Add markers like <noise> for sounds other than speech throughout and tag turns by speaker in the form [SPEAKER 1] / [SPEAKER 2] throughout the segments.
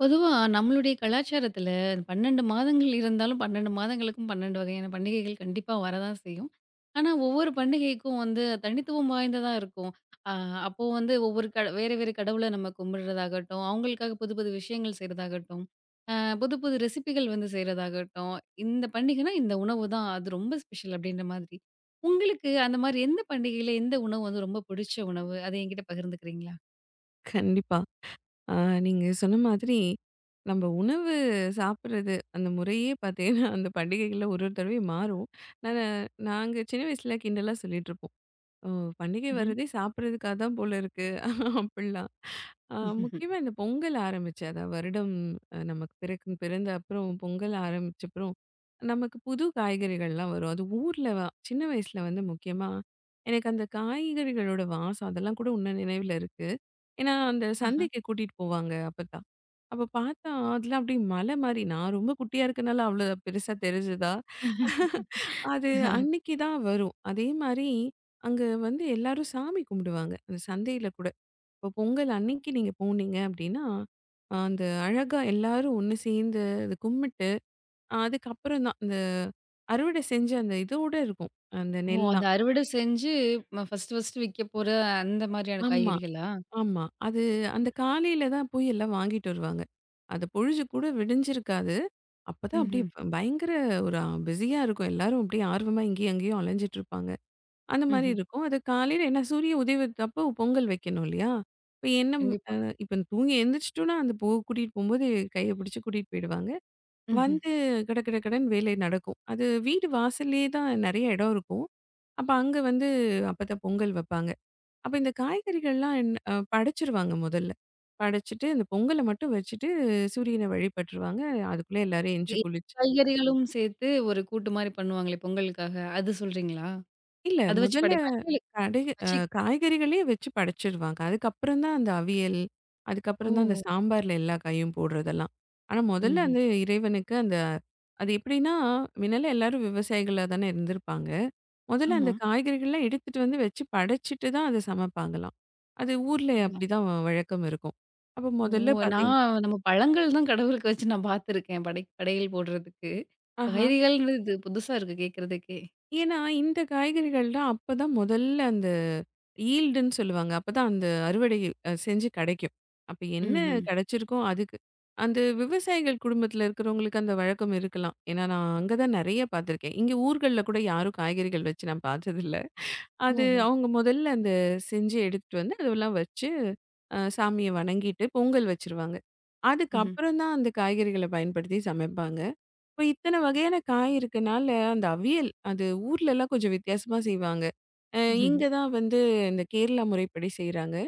[SPEAKER 1] பொதுவா நம்மளுடைய கலாச்சாரத்துல 12 மாதங்கள் இருந்தாலும் 12 மாதங்களுக்கும் 12 வகையான பண்டிகைகள் கண்டிப்பா வரதான் செய்யும். ஆனா, ஒவ்வொரு பண்டிகைக்கும் வந்து தனித்துவம் வாய்ந்ததா இருக்கும். அ அப்போ வந்து ஒவ்வொரு வேறு வேறு கடவுள நம்ம கும்பிடுறதாகட்டும், அவங்களுக்காக புது புது விஷயங்கள் செய்றதாகட்டும், அ புது புது ரெசிபிகள் வந்து செய்றதாகட்டும், இந்த பண்டிகைனா இந்த உணவு தான் அது ரொம்ப ஸ்பெஷல் அப்படின்ற மாதிரி. உங்களுக்கு அந்த மாரி எந்த பண்டிகையில எந்த உணவு வந்து ரொம்ப பிடிச்ச உணவு? அத என்கிட்ட பகிர்ந்துக்கிறீங்களா?
[SPEAKER 2] கண்டிப்பா. ஆ நீங்க சொன்ன மாதிரி, நம்ம உணவு சாப்பிடுறது அந்த முறையே பார்த்தீங்கன்னா, அந்த பண்டிகைகள்ல ஒரு ஒரு தடவையும் மாறும். நானு நாங்க சின்ன வயசுல கிண்டலா சொல்லிட்டுருப்போம். "ஓ! பண்டிகை வரதே சாப்பிடுறதுக்காக தான் போல இருக்கு" <laughs> அப்படிலாம். ஆ
[SPEAKER 1] ம்ஹ்ம்.
[SPEAKER 2] முக்கியமா இந்த பொங்கல் ஆரம்பிச்சு, அதான் வருடம் நமக்கு பிறக்கும் பிறந்த அப்புறம் பொங்கல் ஆரம்பிச்ச அப்புறம், நமக்கு புது காய்கறிகள்லாம் வரும். அது ஊர்ல சின்ன வயசுல வந்து முக்கியமா, எனக்கு அந்த காய்கறிகளோட வாசம் அதெல்லாம் கூட இன்னும் நினைவில இருக்கு. ஏன்னா, அந்த சந்தைக்கு கூட்டிட்டு போவாங்க அப்பத்தா. அப்ப பார்த்தா, அதெல்லாம் அப்படியே மலை மாரி நான் ரொம்ப குட்டியா இருக்கனால அவ்வளோ பெருசா தெரிஞ்சதா, அது அன்னைக்கு தான் வரும். அதே மாரி அங்க வந்து எல்லாரும் சாமி கும்பிடுவாங்க. அந்த சந்தையில கூட. இப்போ பொங்கல் அன்னைக்கு நீங்க போனீங்க அப்படின்னா, அந்த அழகா எல்லாரும் ஒண்ணு சேர்ந்து அது கும்பிட்டு, அதுக்கப்புறம் தான் அந்த அறுவடை செஞ்ச அந்த இதோட இருக்கும். அந்த
[SPEAKER 1] ஓ! அந்த
[SPEAKER 2] நெல்லாம்.
[SPEAKER 1] அறுவடை செஞ்சு ஃபர்ஸ்ட் ஃபர்ஸ்ட்டு விக்கப்போற அந்த மாதிரியான
[SPEAKER 2] ஆமா.
[SPEAKER 1] காய்கறிகளா?
[SPEAKER 2] ஆமா. அது அந்த காலையில தான் போய் எல்லாம் வாங்கிட்டு வருவாங்க. அது பொழுது கூட விடிஞ்சிருக்காது. அப்பதான் அப்படியே
[SPEAKER 1] ம்ஹ்ம்.
[SPEAKER 2] பயங்கர ஒரு பிஸியா இருக்கும். எல்லாரும் அப்படியே ஆர்வமா இங்கேயும் அங்கேயும் அலைஞ்சிட்டு இருப்பாங்க. அந்த மாரி
[SPEAKER 1] ம்ஹ்ம்.
[SPEAKER 2] இருக்கும். அது காலையில ஏன்னா சூரிய உதயத்தப்போ பொங்கல் வைக்கணும் இல்லையா? இப்ப என்ன அ
[SPEAKER 1] கண்டிப்பா.
[SPEAKER 2] இப்ப தூங்கி எந்திரிச்சிட்டோம்னா, அந்த போ கூட்டிட்டு போம்போது கைய பிடிச்சு கூட்டிட்டு போயிடுவாங்க.
[SPEAKER 1] ம்ஹ்ம்.
[SPEAKER 2] வந்து கட கட கடன்னு வேலை நடக்கும். அது வீடு வாசல்லயே தான் நெறைய இடம் இருக்கும். அப்ப அங்க வந்து அப்பதான் பொங்கல் வைப்பாங்க. அப்ப இந்த காய்கறிகள்லாம் என் படைச்சுருவாங்க முதல்ல. படைச்சுட்டு, அந்த பொங்கல மட்டும் வச்சுட்டு சூரியன வழிபட்டுருவாங்க. அதுக்குள்ள எல்லாரும் எந்திச்சு
[SPEAKER 1] எ
[SPEAKER 2] குளிச்சு
[SPEAKER 1] காய்கறிகளும் சேர்த்து ஒரு கூட்டு மாரி பண்ணுவாங்களே பொங்கலுக்காக, அது சொல்றீங்களா?
[SPEAKER 2] இல்ல
[SPEAKER 1] அத வச்சு
[SPEAKER 2] முதல்ல
[SPEAKER 1] படைப்பாங்களா? இல்ல
[SPEAKER 2] கடை அ
[SPEAKER 1] பச்சை?
[SPEAKER 2] காய்கறிகளே வச்சு படைச்சுருவாங்க. அதுக்கப்புறம் தான் அந்த அவியல், அதுக்கப்புறம் தான் அந்த
[SPEAKER 1] ஓஹோ!
[SPEAKER 2] சாம்பார்ல எல்லா காயும் போடுறதெல்லாம். ஆனா முதல்ல
[SPEAKER 1] ம்ஹ்ம்.
[SPEAKER 2] வந்து இறைவனுக்கு அந்த அது எப்படின்னா, முன்னல்லாம் எல்லாரும் விவசாயிகளா தானே இருந்திருப்பாங்க. முதல்ல
[SPEAKER 1] ஆமா.
[SPEAKER 2] அந்த காய்கறிகள்லாம் எடுத்துட்டு வந்து வச்சு படைச்சுட்டு தான் அத சமைப்பாங்களாம். அது ஊர்ல
[SPEAKER 1] அடடா!
[SPEAKER 2] அப்படிதான் வழக்கம் இருக்கும். அப்ப முதல்ல
[SPEAKER 1] ஓ!
[SPEAKER 2] பாத்தீங்கன்னா
[SPEAKER 1] நான் நம்ம பழங்கள் தான் கடவுளுக்கு வச்சு நான் பார்த்துருக்கேன் படையல் போடுறதுக்கு.
[SPEAKER 2] ஆஹா.
[SPEAKER 1] காய்கறிகள்ன்றது இது புதுசா இருக்கு கேட்கறதுக்கே.
[SPEAKER 2] ஏன்னா, இந்த காய்கறிகள்லாம் அப்பதான் முதல்ல அந்த ஈல்டுன்னு சொல்லுவாங்க. அப்பதான் அந்த அறுவடை செஞ்சு கிடைக்கும். அப்ப என்ன
[SPEAKER 1] ம்ஹ்ம்.
[SPEAKER 2] கிடைச்சிருக்கோ அதுக்கு. அந்த விவசாயிகள் குடும்பத்தில இருக்கிறவங்களுக்கு அந்த வழக்கம் இருக்கலாம். ஏன்னா, நான் அங்க தான் நெறைய பார்த்துருக்கேன். இங்க ஊர்கள்ல கூட யாரும் காய்கறிகள் வச்சு நான் பார்த்ததில்ல. அது
[SPEAKER 1] ஓஹோ!
[SPEAKER 2] அவங்க முதல்ல அந்த செஞ்சு எடுத்துட்டு வந்து அதெல்லாம் வச்சு சாமிய வணங்கிட்டு பொங்கல் வச்சுருவாங்க.
[SPEAKER 1] ம்ஹ்ம்.
[SPEAKER 2] அதுக்கப்புறம் தான் அந்த காய்கறிகள பயன்படுத்தி சமைப்பாங்க. இப்ப இத்தன வகையான காய் இருக்கனால, அந்த அவியல் அது ஊர்லலாம் கொஞ்சம் வித்தியாசமா செய்வாங்க. அ
[SPEAKER 1] ம்ஹ்ம்.
[SPEAKER 2] இங்க தான் வந்து இந்த கேரளா முறைப்படி செய்றாங்க.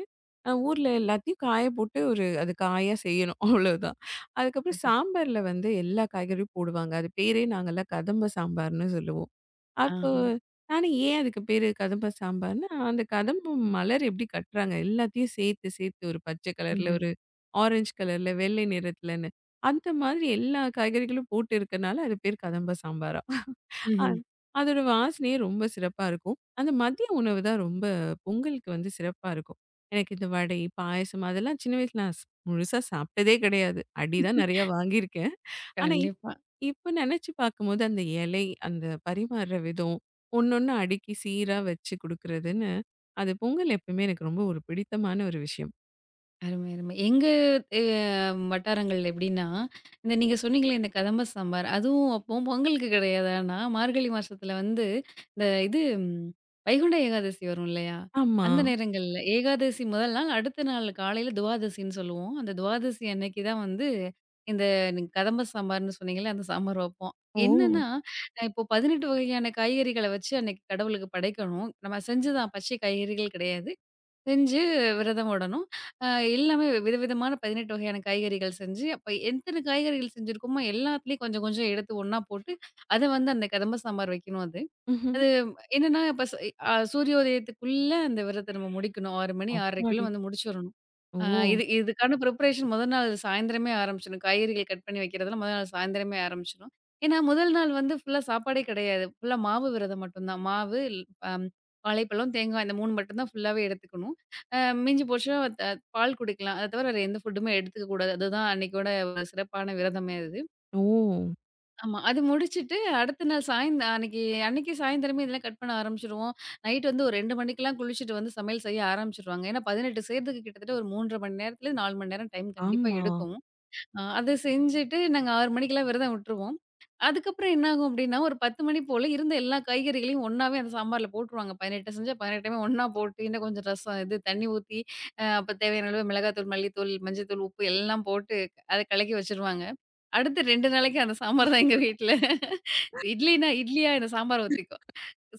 [SPEAKER 2] ஊர்ல எல்லாத்தையும் காய போட்டு ஒரு அது காயா செய்யணும் <laughs> அவ்வளோதான். அதுக்கப்புறம்
[SPEAKER 1] சூப்பர்.
[SPEAKER 2] சாம்பார்ல வந்து எல்லா காய்கறியும் போடுவாங்க. அது பேரே நாங்கலாம் கதம்ப சாம்பார்ன்னு சொல்லுவோம். அப்போ
[SPEAKER 1] ஆஹா.
[SPEAKER 2] ஏன் அதுக்கு பேரு கதம்ப சாம்பார்ன்னு, அந்த கதம்பம் மலர் எப்படி கட்டுறாங்க, எல்லாத்தையும் சேர்த்து சேர்த்து ஒரு பச்சை கலர்ல,
[SPEAKER 1] ம்ஹ்ம்.
[SPEAKER 2] ஒரு ஆரஞ்சு கலர்ல, வெள்ளை நிறத்துலன்னு. அந்த மாதிரி எல்லா காய்கறிகளும் போட்டு இருக்கனால அது பேர் கதம்ப சாம்பாரா. அ
[SPEAKER 1] ம்ஹ்ம்.
[SPEAKER 2] அதோட வாசனையே ரொம்ப சிறப்பா இருக்கும். அந்த மதிய உணவு தான் ரொம்ப பொங்கலுக்கு வந்து சிறப்பா இருக்கும். எனக்கு இந்த வடை, பாயாசம் அதெல்லாம் சின்ன வயசுல நான் முழுசா சாப்பிட்டதே கிடையாது. அடி தான் நெறையா வாங்கியிருக்கேன். ஆனா
[SPEAKER 1] கண்டிப்பா.
[SPEAKER 2] இப்ப நெனச்சு பார்க்கும்போது, அந்த இலை, அந்த பரிமாறுற விதம், ஒண்ணொண்ணா அடுக்கி சீரா வச்சு குடுக்குறதுன்னு, அது பொங்கல் எப்பவுமே எனக்கு ரொம்ப ஒரு பிடித்தமான ஒரு விஷயம்.
[SPEAKER 1] அருமை, அருமை. எங்க அ வட்டாரங்கள் எப்படின்னா, இந்த நீங்க சொன்னீங்களே இந்த கதம்ப சாம்பார், அதுவும் அப்போ பொங்கலுக்கு கிடையாது. ஆனா மார்கழி மாசத்துல வந்து இந்த இது, வைகுண்ட ஏகாதசி வரும் இல்லையா?
[SPEAKER 2] ஆமா.
[SPEAKER 1] அந்த நேரங்கள்ல ஏகாதசி முதல் நாள், அடுத்த நாள் காலையில துவாதசின்னு சொல்லுவோம். அந்த துவாதசி அன்னைக்கு தான் வந்து இந்த நீங்க கதம்ப சாம்பார்ன்னு சொன்னீங்கல்ல, அந்த சாம்பார் வைப்போம்.
[SPEAKER 2] ஓ!
[SPEAKER 1] என்னன்னா, இப்போ 18 வகையான காய்கறிகள வச்சு அன்னைக்கு கடவுளுக்கு படைக்கணும். நம்ம செஞ்சு தான் பச்சை காய்கறிகள் கிடையாது. செஞ்சு விரதம் விடணும். அ எல்லாமே விதவிதமான 18 வகையான காய்கறிகள் செஞ்சு, அப்ப எத்தன காய்கறிகள் செஞ்சிருக்கோமோ எல்லாத்துலயும் கொஞ்சம் கொஞ்சம் எடுத்து ஒண்ணா போட்டு, அத வந்து அந்த கதம்ப சாம்பார் வைக்கணும் அது.
[SPEAKER 2] ம்ஹ்ம்.
[SPEAKER 1] அது என்னன்னா, இப்ப ஸ் அ சூரியோதயத்துக்குள்ள அந்த விரத நம்ம முடிக்கணும். 6 மணி 6:30க்குள்ள
[SPEAKER 2] அப்பாடி!
[SPEAKER 1] வந்து முடிச்சிரணும்.
[SPEAKER 2] ஓ!
[SPEAKER 1] அ இது இதுக்கான ப்ரிப்பரேஷன் முதல் நாள் சாயந்திரமே ஆரம்பிச்சிடணும். காய்கறிகள் கட் பண்ணி வைக்கிறதெல்லாம் முதல் நாள் சாயந்திரமே ஆரம்பிச்சிடணும். ஏன்னா, முதல் நாள் வந்து ஃபுல்லா சாப்பாடே கிடையாது. ஃபுல்லா மாவு விரதம் மட்டும்தான். மாவு அம் வாழைப்பழம், தேங்காய் இந்த 3 மட்டும் தான் ஃபுல்லாவே எடுத்துக்கணும். அ மிஞ்சி போச்சுன்னா பால் குடிக்கலாம். அத தவிர வேற எந்த ஃபுட்டுமே எடுத்துக்க கூடாது. அதுதான் அன்னைக்கோட ஒரு சிறப்பான விரதமே அது.
[SPEAKER 2] ஓ!
[SPEAKER 1] ஆமா. அது முடிச்சுட்டு அடுத்த நாள் அன்னைக்கு அன்னைக்கு சாயந்தரமே இதெல்லாம் கட் பண்ண ஆரம்பிச்சுருவோம். நைட் வந்து ஒரு 2 மணிக்கெல்லாம் குளிச்சுட்டு வந்து சமையல் செய்ய ஆரம்பிச்சுருவாங்க. ஏன்னா 18 செய்றதுக்கு கிட்டத்தட்ட ஒரு 3 1/2 மணி நேரத்துலேருந்து 4 மணி நேரம் டைம் கண்டிப்பா
[SPEAKER 2] ஆமா.
[SPEAKER 1] எடுக்கும். அத செஞ்சுட்டு நாங்க 6 மணிக்கெல்லாம் விரதம் விட்டுருவோம். அதுக்கப்புறம் என்னாகும் அப்டின்னா, ஒரு 10 மணி போல இருந்த எல்லா காய்கறிகளையும் ஒண்ணாவே அந்த சாம்பார்ல போட்டுருவாங்க. 18 செஞ்சா 18மே ஒண்ணா போட்டு, இன்னும் கொஞ்சம் ரசம் இது தண்ணி ஊத்தி, அப்ப தேவையான அளவு மிளகாத்தூள், மல்லித்தூள், மஞ்சத்தூள், உப்பு எல்லாம் போட்டு அத கலக்கி வச்சுருவாங்க. அடுத்து 2 நாளைக்கு அந்த சாம்பார் தான் எங்க வீட்ல. இட்லினா இட்லியா இந்த சாம்பார் ஊத்திக்குவோ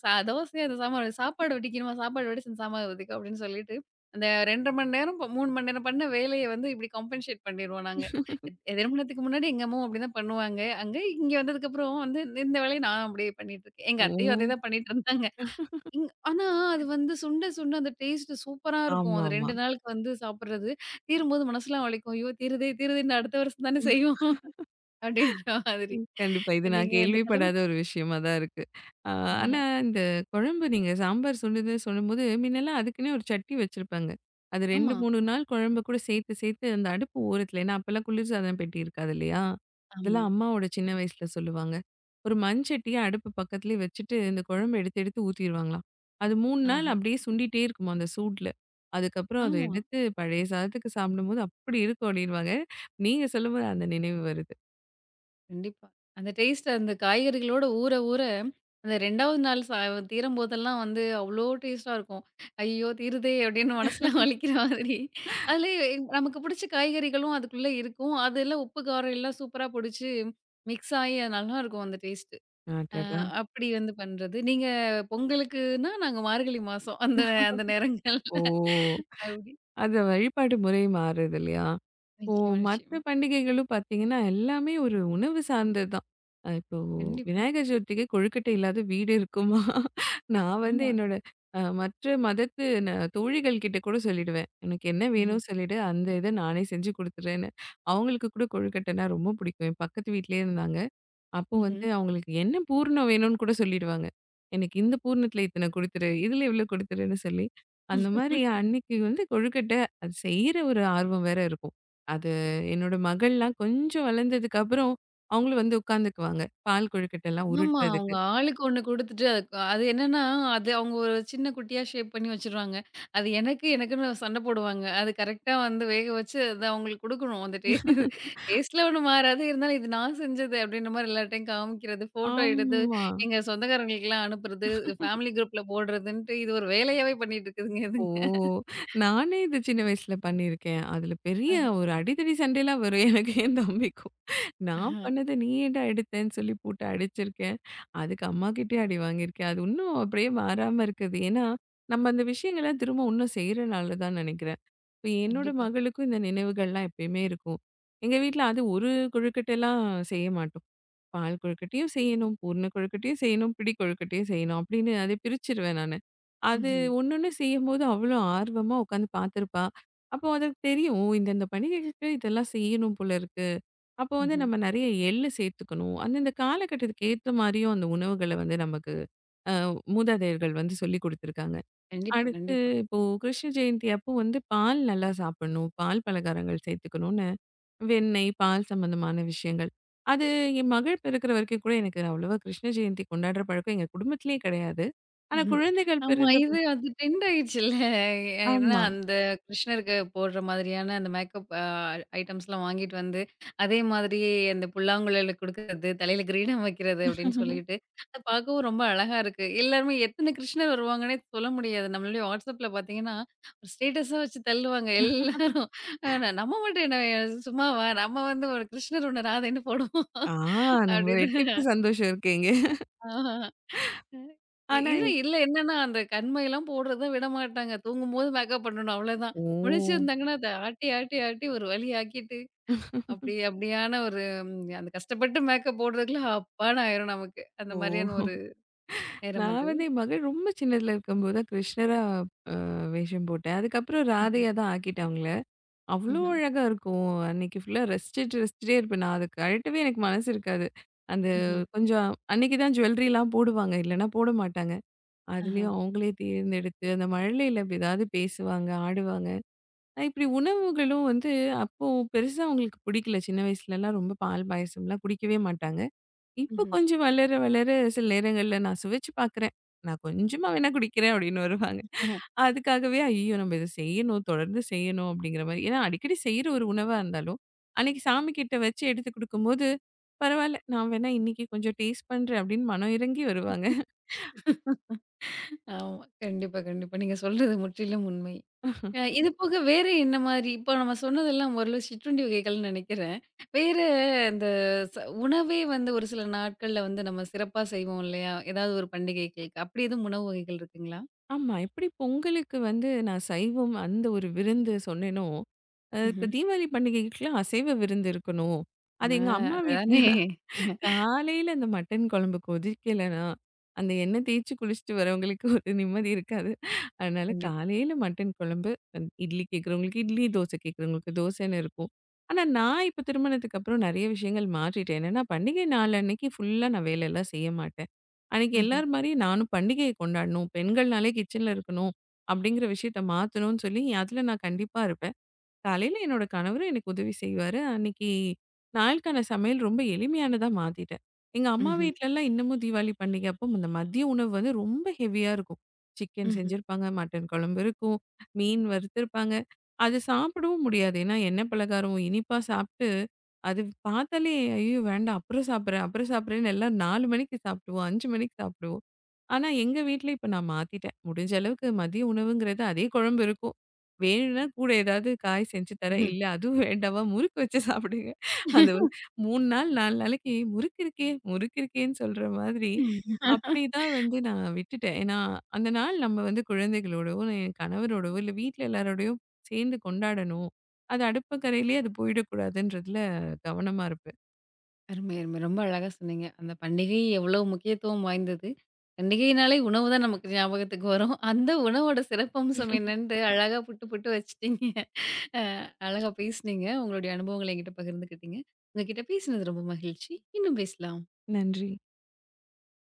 [SPEAKER 1] தோசை அந்த சாம்பார் சாப்பாடு வடிக்கணுமா? சாப்பாடு வடிச்சு அந்த சாம்பார் வடிக்கும் அப்டின்னு சொல்லிட்டு, அந்த 2 1/2 மணி நேரம், 3 மணி நேரம் பண்ண வேலைய வந்து இப்டி காம்பன்சேட் பண்ணிருவோம் நாங்க.
[SPEAKER 2] <laughs>
[SPEAKER 1] திருமணத்துக்கு முன்னாடி எங்க அம்மாவும் அப்டிதான் பண்ணுவாங்க. அங்க இங்க வந்ததுக்கப்புறம் வந்து இந்த வேலைய நான் அப்டியே பண்ணிட்டுருக்கேன். எங்க
[SPEAKER 2] ஓ!
[SPEAKER 1] அத்தையும் அதேதான் பண்ணிட்டு இருந்தாங்க. ஆனா அது வந்து சுண்ட சுண்ட அந்த டேஸ்ட் சூப்பரா இருக்கும். அது
[SPEAKER 2] ஆமாமா.
[SPEAKER 1] 2 நாளுக்கு வந்து சாப்பிடுறது. தீரும்போது மனசுலாம் வலிக்கும். ஐயோ! தீருதே தீருதே இன்னும் அடுத்த வருஷம் தானே செய்வோம் அப்டின்ற மாதிரி.
[SPEAKER 2] ம். கண்டிப்பா. இது நான்
[SPEAKER 1] நீங்க இந்த கடமை.
[SPEAKER 2] கேள்விப்படாத ஒரு விஷயமா தான் இருக்கு. ஆ
[SPEAKER 1] ஆஹ.
[SPEAKER 2] ஆனா இந்த குழம்பு நீங்க சாம்பார் சொல்லும்போது, முன்னலாம் அதுக்குன்னே ஒரு சட்டி வச்சிருப்பாங்க. அது 2,
[SPEAKER 1] ஆமா,
[SPEAKER 2] 3 நாள் குழம்பு கூட சேர்த்து சேர்த்து அந்த அடுப்பு ஓரத்துல ஏன்னா அப்பலாம் குளிர்சாதன பெட்டி இருக்காது இல்லையா?
[SPEAKER 1] ஆமா.
[SPEAKER 2] இதெல்லாம் அம்மாவோட சின்ன வயசுல சொல்லுவாங்க. ஒரு மண்சட்டிய அடுப்பு பக்கத்துலயே வச்சுட்டு இந்த குழம்பு எடுத்து எடுத்து ஊத்திருவாங்களாம். அது 3
[SPEAKER 1] ஆஹ.
[SPEAKER 2] நாள் அப்படியே சுண்டிட்டே இருக்குமாம் அந்த சூட்ல. அதுக்கப்புறம் அத
[SPEAKER 1] ஆமா.
[SPEAKER 2] எடுத்து பழைய சாதத்துக்கு சாப்பிடும்போது, அப்படி இருக்கும் அப்படின்னுவாங்க. நீங்க சொல்லும்போது அந்த நினைவு வருது.
[SPEAKER 1] கண்டிப்பா. அந்த டேஸ்ட் அந்த காய்கறிகளோட ஊற, ஊற அந்த 2வது நாள் சா தீரும்போதெல்லாம் வந்து அவ்ளோ டேஸ்ட்டா இருக்கும். "ஐயோ! தீருதே" அப்படின்னு மனசுலாம் வலிக்கிற மாதிரி. அதுலயே நமக்கு புடிச்ச காய்கறிகளும் அதுக்குள்ள இருக்கும். அதெல்லாம் உப்பு, காரம் எல்லாம் சூப்பரா புடிச்சு மிக்ஸ் ஆயி அது நல்லாருக்கும் அந்த டேஸ்ட்டு. அ
[SPEAKER 2] அடடா!
[SPEAKER 1] அப்படி வந்து பண்றது. நீங்க பொங்கலுக்குன்னா, நாங்க மார்கழி மாசம் அந்த அந்த நேரங்கள்ல
[SPEAKER 2] ஓ!
[SPEAKER 1] அப்படி.
[SPEAKER 2] அது வழிபாட்டு முறை மாறுது இல்லையா? இப்போ
[SPEAKER 1] நிச்சயமா,
[SPEAKER 2] மத்த
[SPEAKER 1] நிச்சயமா.
[SPEAKER 2] பண்டிகைகளும் பார்த்தீங்கன்னா, எல்லாமே ஒரு உணவு சார்ந்தது தான். இப்போ
[SPEAKER 1] கண்டிப்பா.
[SPEAKER 2] விநாயகர் சதுர்த்திக்கு கொழுக்கட்டை இல்லாத வீடு இருக்குமா? நான் வந்து
[SPEAKER 1] ஆமா.
[SPEAKER 2] என்னோட மற்ற மதத்து தோழிகள் கிட்ட கூட சொல்லிடுவேன். "எனக்கு என்ன
[SPEAKER 1] ம்ஹ்ம்.
[SPEAKER 2] வேணும்னு சொல்லிடு, அந்த இத நானே செஞ்சு குடுத்துடுறேன்னு." அவங்களுக்கு கூட கொழுக்கட்டைனா ரொம்ப பிடிக்கும். என் பக்கத்து வீட்லயே இருந்தாங்க. அப்போ
[SPEAKER 1] ம்ஹ்ம்.
[SPEAKER 2] வந்து அவங்களுக்கு என்ன பூரணம் வேணும்னு கூட சொல்லிடுவாங்க. எனக்கு இந்த பூரணத்தில இத்தன குடுத்துரு, இதில இவ்ளோ குடுத்துருன்னு சொல்லி, அந்த மாரி அன்னைக்கு வந்து கொழுக்கட்டை, அது செய்ற ஒரு ஆர்வம் வேற இருக்கும். அது என்னோட மகள்லாம் கொஞ்சம் வளர்ந்ததுக்கு அப்புறம், அவங்களும் வந்து உட்காந்துக்குவாங்க. பால் கொழுக்கட்டைலாம்
[SPEAKER 1] ஆமா. அவங்க
[SPEAKER 2] உருட்டுறதுக்கு.
[SPEAKER 1] ஆளுக்கு ஒண்ணு குடுத்துட்டு அது என்னன்னா, அது அவங்க ஒரு சின்ன குட்டியா ஷேப் பண்ணி வச்சுருவாங்க. அது எனக்கு, எனக்குன்னு சண்ட போடுவாங்க. அது கரெக்ட்டா வந்து வேக வச்சு அத அவங்களுக்கு குடுக்கணும். அந்த டே டேஸ்ட்ல ஒண்ணும் மாறாது. இருந்தாலும் இது நான் செஞ்சது அப்டின்ற மாரி எல்லார்ட்டயும் காமிக்கிறது, ஃபோட்டோ எடுத்து
[SPEAKER 2] ஆமா.
[SPEAKER 1] எங்க சொந்தக்காரங்களுக்கெல்லாம் அனுப்புறது, ஃபேமிலி குரூப்ல போடுறதுன்ட்டு இது ஒரு வேலையாவே பண்ணிட்டு இருக்குதுங்க
[SPEAKER 2] ஓ!
[SPEAKER 1] இதுங்க.
[SPEAKER 2] நானே இது சின்ன வயசுல பண்ணியிருக்கேன். அதுல பெரிய
[SPEAKER 1] அஹ,
[SPEAKER 2] ஒரு அடிதடி சண்டைலாம் வரும் எனக்கும் என் தம்பிக்கும். நான்
[SPEAKER 1] அஹ.
[SPEAKER 2] பண்ணத நீ ஏன்டா எடுத்தேன்னு சொல்லி போட்டு அடிச்சிருக்கேன். அதுக்கு அம்மாகிட்டயே அடி வாங்கியிருக்கேன். அது இன்னும் அப்படியே மாறாம இருக்குது. ஏன்னா, நம்ம அந்த விஷயங்கள்லாம் திரும்ப இன்னும் செய்றனால தான் நினைக்கிறேன். இப்ப என்னோட
[SPEAKER 1] கண்டிப்பா.
[SPEAKER 2] மகளுக்கும் இந்த நினைவுகள்லாம் எப்பயுமே இருக்கும். எங்க வீட்ல அது ஒரு கொழுக்கட்டைலாம் செய்ய மாட்டோம். பால் கொழுக்கட்டையும் செய்யணும், பூரண கொழுக்கட்டையும் செய்யணும், பிடி கொழுக்கட்டையும் செய்யணும் அப்படின்னு அதை பிரிச்சுருவேன் நானு. அது
[SPEAKER 1] ம்ஹ்ம்.
[SPEAKER 2] ஒன்னொன்னு செய்யும்போது அவ்வளோ ஆர்வமா உட்காந்து பார்த்துருப்பா. அப்போ அதுக்கு தெரியும். ஓ! இந்தந்த பண்டிகைகளுக்கு இதெல்லாம் செய்யணும் போல இருக்கு. அப்போ வந்து
[SPEAKER 1] ம்ஹ்ம்.
[SPEAKER 2] நம்ம நெறைய எள்ளு சேர்த்துக்கணும். அந்தந்த காலகட்டத்துக்கு ஏத்த மாரியும் அந்த உணவுகள வந்து நமக்கு அ மூதாதையர்கள் வந்து சொல்லிக் குடுத்துருக்காங்க.
[SPEAKER 1] கண்டிப்பா,
[SPEAKER 2] அடுத்து
[SPEAKER 1] கண்டிப்பா.
[SPEAKER 2] இப்போ கிருஷ்ண ஜெயந்தி அப்போ வந்து பால் நல்லா சாப்பிடணும், பால் பலகாரங்கள் சேர்த்துக்கணும். வெண்ணெய், பால் சம்மந்தமான விஷயங்கள். அது என் மகள் பிறக்கிற வரைக்கும் கூட எனக்கு அவ்வளவா கிருஷ்ண ஜெயந்தி கொண்டாடுற பழக்கம் எங்க குடும்பத்திலேயே கிடையாது. ஆனா குழந்தைகள்
[SPEAKER 1] ஆமா.
[SPEAKER 2] பிறந்த
[SPEAKER 1] இது அது ட்ரெண்ட் ஆயிடுச்சுல்ல. ஏன்னா
[SPEAKER 2] ஆமா.
[SPEAKER 1] அந்த கிருஷ்ணருக்கு போடுற மாதிரியான அந்த மேக்கப் ஐட்டம்ஸ்லாம் வாங்கிட்டு வந்து, அதே மாதிரியே அந்த புல்லாங்குழல குடுக்குறது, தலையில கிரீடம் வைக்கிறது அப்படின்னு சொல்லிட்டு, அது பார்க்கவும் ரொம்ப அழகா இருக்கு. எல்லாருமே எத்தன கிருஷ்ணர் வருவாங்கன்னே சொல்ல முடியாது. நம்மளுடைய வாட்ஸ்அப்ல பார்த்தீங்கன்னா, ஒரு ஸ்டேட்டஸா வச்சு தள்ளுவாங்க எல்லாரும். அ நம்ம மட்டும் என்ன சும்மாவா? நம்ம வந்து ஒரு கிருஷ்ணர் ஒண்ணு ராதைன்னு போடுவோம்
[SPEAKER 2] ஆ நம்ம
[SPEAKER 1] அப்படின்னு.
[SPEAKER 2] ரெட்டிப்பு சந்தோஷம் இருக்கு இங்க.
[SPEAKER 1] ஆஹா. ம்.
[SPEAKER 2] ஆனா
[SPEAKER 1] இது இல்ல என்னன்னா, அந்த கண்மைலாம் போடுறத விடமாட்டாங்க. தூங்கும்போது மேக்கப் பண்ணணும் அவ்வளோதான்.
[SPEAKER 2] ஓ!
[SPEAKER 1] முழிச்சிருந்தாங்கன்னா, அத ஆட்டி, ஆட்டி, ஆட்டி ஒரு வழி ஆக்கிட்டு, அப்படி அப்படியான ஒரு ம், அந்த கஷ்டப்பட்டு மேக்கப் போடுறதுக்குள்ள அப்பான்னு ஆயிரும் நமக்கு. அந்த
[SPEAKER 2] ஓ!
[SPEAKER 1] மாதிரியான ஒரு நேரம்
[SPEAKER 2] நான்
[SPEAKER 1] அது.
[SPEAKER 2] வந்து என் மகள் ரொம்ப சின்னதுல இருக்கும்போது தான் கிருஷ்ணரா அ வேஷம் போட்டேன். அதுக்கப்புறம்
[SPEAKER 1] ம்ஹ்ம்.
[SPEAKER 2] ராதையா தான் ஆக்கிட்டாங்கள. அவ்ளோ
[SPEAKER 1] ம்ஹ்ம்.
[SPEAKER 2] அழகா இருக்கும். அன்னைக்கு ஃபுல்லா ரசிச்சுட்டு, ரசிச்சுட்டே இருப்பேன். நான் அத கழட்டவே எனக்கு மனசு இருக்காது. அந்த
[SPEAKER 1] ம்ஹ்ம்.
[SPEAKER 2] கொஞ்சம் அன்னைக்கு தான் ஜுவல்லரிலாம் போடுவாங்க. இல்லன்னா போட மாட்டாங்க.
[SPEAKER 1] ஆஹா.
[SPEAKER 2] அதுலயும் அவங்களே தேர்ந்தெடுத்து, அந்த மழலையில அப்படி ஏதாவது பேசுவாங்க, ஆடுவாங்க. இப்படி உணவுகளும் வந்து அப்போ பெருசா அவங்களுக்கு பிடிக்கல. சின்ன வயசுலலாம் ரொம்ப பால் பாயசம்லாம் குடிக்கவே மாட்டாங்க. இப்ப
[SPEAKER 1] ம்ஹ்ம்.
[SPEAKER 2] கொஞ்சம் வளர வளர சில நேரங்கள்ல நான் சுவைச்சு பார்க்குறேன். நான் கொஞ்சமா வேணா குடிக்கிறேன் அப்டின்னு வருவாங்க.
[SPEAKER 1] ஆஹா.
[SPEAKER 2] அதுக்காகவே ஐயோ! நம்ம இத செய்யணும், தொடர்ந்து செய்யணும் அப்டிங்கிற மாரி. ஏன்னா அடிக்கடி செய்ற ஒரு உணவா இருந்தாலும், அன்னைக்கு சாமி கிட்ட வச்சு எடுத்து குடுக்கும்போது, பரவால்ல நான் வேணா இன்னைக்கு கொஞ்சம் டேஸ்ட் பண்றேன் அப்டின்னு மனம் இறங்கி வருவாங்க.
[SPEAKER 1] ஆமா. கண்டிப்பா, கண்டிப்பா. நீங்க சொல்றது முற்றிலும் உண்மை. இது போக வேற என்ன மாரி இப்போ நம்ம சொன்னதெல்லாம் ஓரளவு சிற்றுண்டி வகைகள்னு நெனைக்கிறேன். வேற இந்த ச உணவே வந்து ஒரு சில நாட்கள்ல வந்து நம்ம சிறப்பா செய்வோம் இல்லையா? ஏதாவது ஒரு பண்டிகைகளுக்கு அப்படி எதுவும் உணவு வகைகள் இருக்குங்களா?
[SPEAKER 2] ஆமா. எப்டி பொங்கலுக்கு வந்து நான் சைவம் அந்த ஒரு விருந்து சொன்னேனோ, இப்ப
[SPEAKER 1] ம்ஹ்ம்.
[SPEAKER 2] தீபாவளி பண்டிகைக்குலாம் அசைவ விருந்து இருக்கணும். அது
[SPEAKER 1] ஆ
[SPEAKER 2] எங்க அம்மா வீட்ல
[SPEAKER 1] அதுதானே.
[SPEAKER 2] காலையில அந்த மட்டன் குழம்பு கொதிக்கலன்னா, அந்த எண்ணெய் தேய்ச்சு குளிச்சுட்டு வரவங்களுக்கு ஒரு நிம்மதி இருக்காது. அதனால
[SPEAKER 1] கண்டிப்பா.
[SPEAKER 2] காலையில மட்டன் குழம்பு, இட்லி கேட்கிறவங்களுக்கு இட்லி, தோசை கேட்கிறவங்களுக்கு தோசைன்னு இருக்கும். ஆனா நான் இப்ப திருமணத்துக்கு அப்புறம் நெறைய விஷயங்கள் மாற்றிட்டேன். என்னன்னா, பண்டிகை நாள் அன்னைக்கு ஃபுல்லா நான் வேலையெல்லாம் செய்ய மாட்டேன். அன்னைக்கு
[SPEAKER 1] ம்ஹ்ம்.
[SPEAKER 2] எல்லார் மாரியும் நானும் பண்டிகைய கொண்டாடணும். பெண்கள்னாலே கிச்சன்ல இருக்கணும். அப்படிங்கிற விஷயத்த மாத்தணும்னு சொல்லி, அதுல நான் கண்டிப்பா இருப்பேன். காலையில என்னோட கணவரும் எனக்கு உதவி செய்வாரு. அன்னைக்கு நாளுக்கான சமையல் ரொம்ப எளிமையானதா மாத்திட்டேன். எங்க அம்மா
[SPEAKER 1] ம்ஹ்ம்.
[SPEAKER 2] வீட்லலாம் இன்னமும் தீபாவளி பண்டிகை அப்போ இந்த மதிய உணவு வந்து ரொம்ப ஹெவியா இருக்கும். சிக்கன்
[SPEAKER 1] ம்ஹ்ம்.
[SPEAKER 2] செஞ்சிருப்பாங்க, மட்டன் குழம்பு இருக்கும், மீன் வறுத்திருப்பாங்க. அது சாப்பிடவும் முடியாது. ஏன்னா எண்ணெய் பலகாரம் இனிப்பா சாப்பிட்டு, அது பார்த்தாலே ஐயோ! வேண்டாம் அப்புறம் சாப்பிடுறேன், அப்புறம் சாப்பிடுறேன்னு எல்லாம் 4 மணிக்கு சாப்பிடுவோம், 5 மணிக்கு சாப்பிடுவோம். ஆனா எங்க வீட்ல இப்ப நான் மாத்திட்டேன். முடிஞ்ச அளவுக்கு மதிய உணவுங்கிறது அதே குழம்பு இருக்கும். வேணும்னா கூட ஏதாவது காய் செஞ்சு தரேன்.
[SPEAKER 1] ம்ஹ்ம்.
[SPEAKER 2] இல்ல அதுவும் வேண்டாமா முறுக்கு வச்சு சாப்பிடுங்க. அந்த 3 நாள் 4 நாளைக்கு முறுக்கு இருக்கே, முறுக்கு இருக்கேன்னு சொல்ற மாதிரி,
[SPEAKER 1] <laughs>
[SPEAKER 2] அப்படிதான் வந்து நான் விட்டுட்டேன். ஏன்னா, அந்த நாள் நம்ம வந்து குழந்தைகளோடவோ, என் கணவரோடவோ, இல்ல வீட்ல எல்லாரோடையும் சேர்ந்து கொண்டாடணும். அது அடுப்பங்கரையிலேயே அது போயிடக்கூடாதுன்றதுல கவனமா இருப்பேன்.
[SPEAKER 1] அருமை, அருமை. ரொம்ப அழகா சொன்னீங்க. அந்த பண்டிகை எவ்வளோ முக்கியத்துவம் வாய்ந்தது. பண்டிகைனாலே உணவு தான் நமக்கு ஞாபகத்துக்கு வரும். அந்த உணவோட சிறப்பம்சம் என்னன்ட்டு அழகா புட்டு புட்டு வச்சுட்டீங்க. அ அழகா பேசுனீங்க. உங்களுடைய அனுபவங்கள என்கிட்ட பகிர்ந்துக்கிட்டீங்க. உங்க கிட்ட பேசினது ரொம்ப மகிழ்ச்சி. இன்னும் பேசலாம்.
[SPEAKER 2] நன்றி.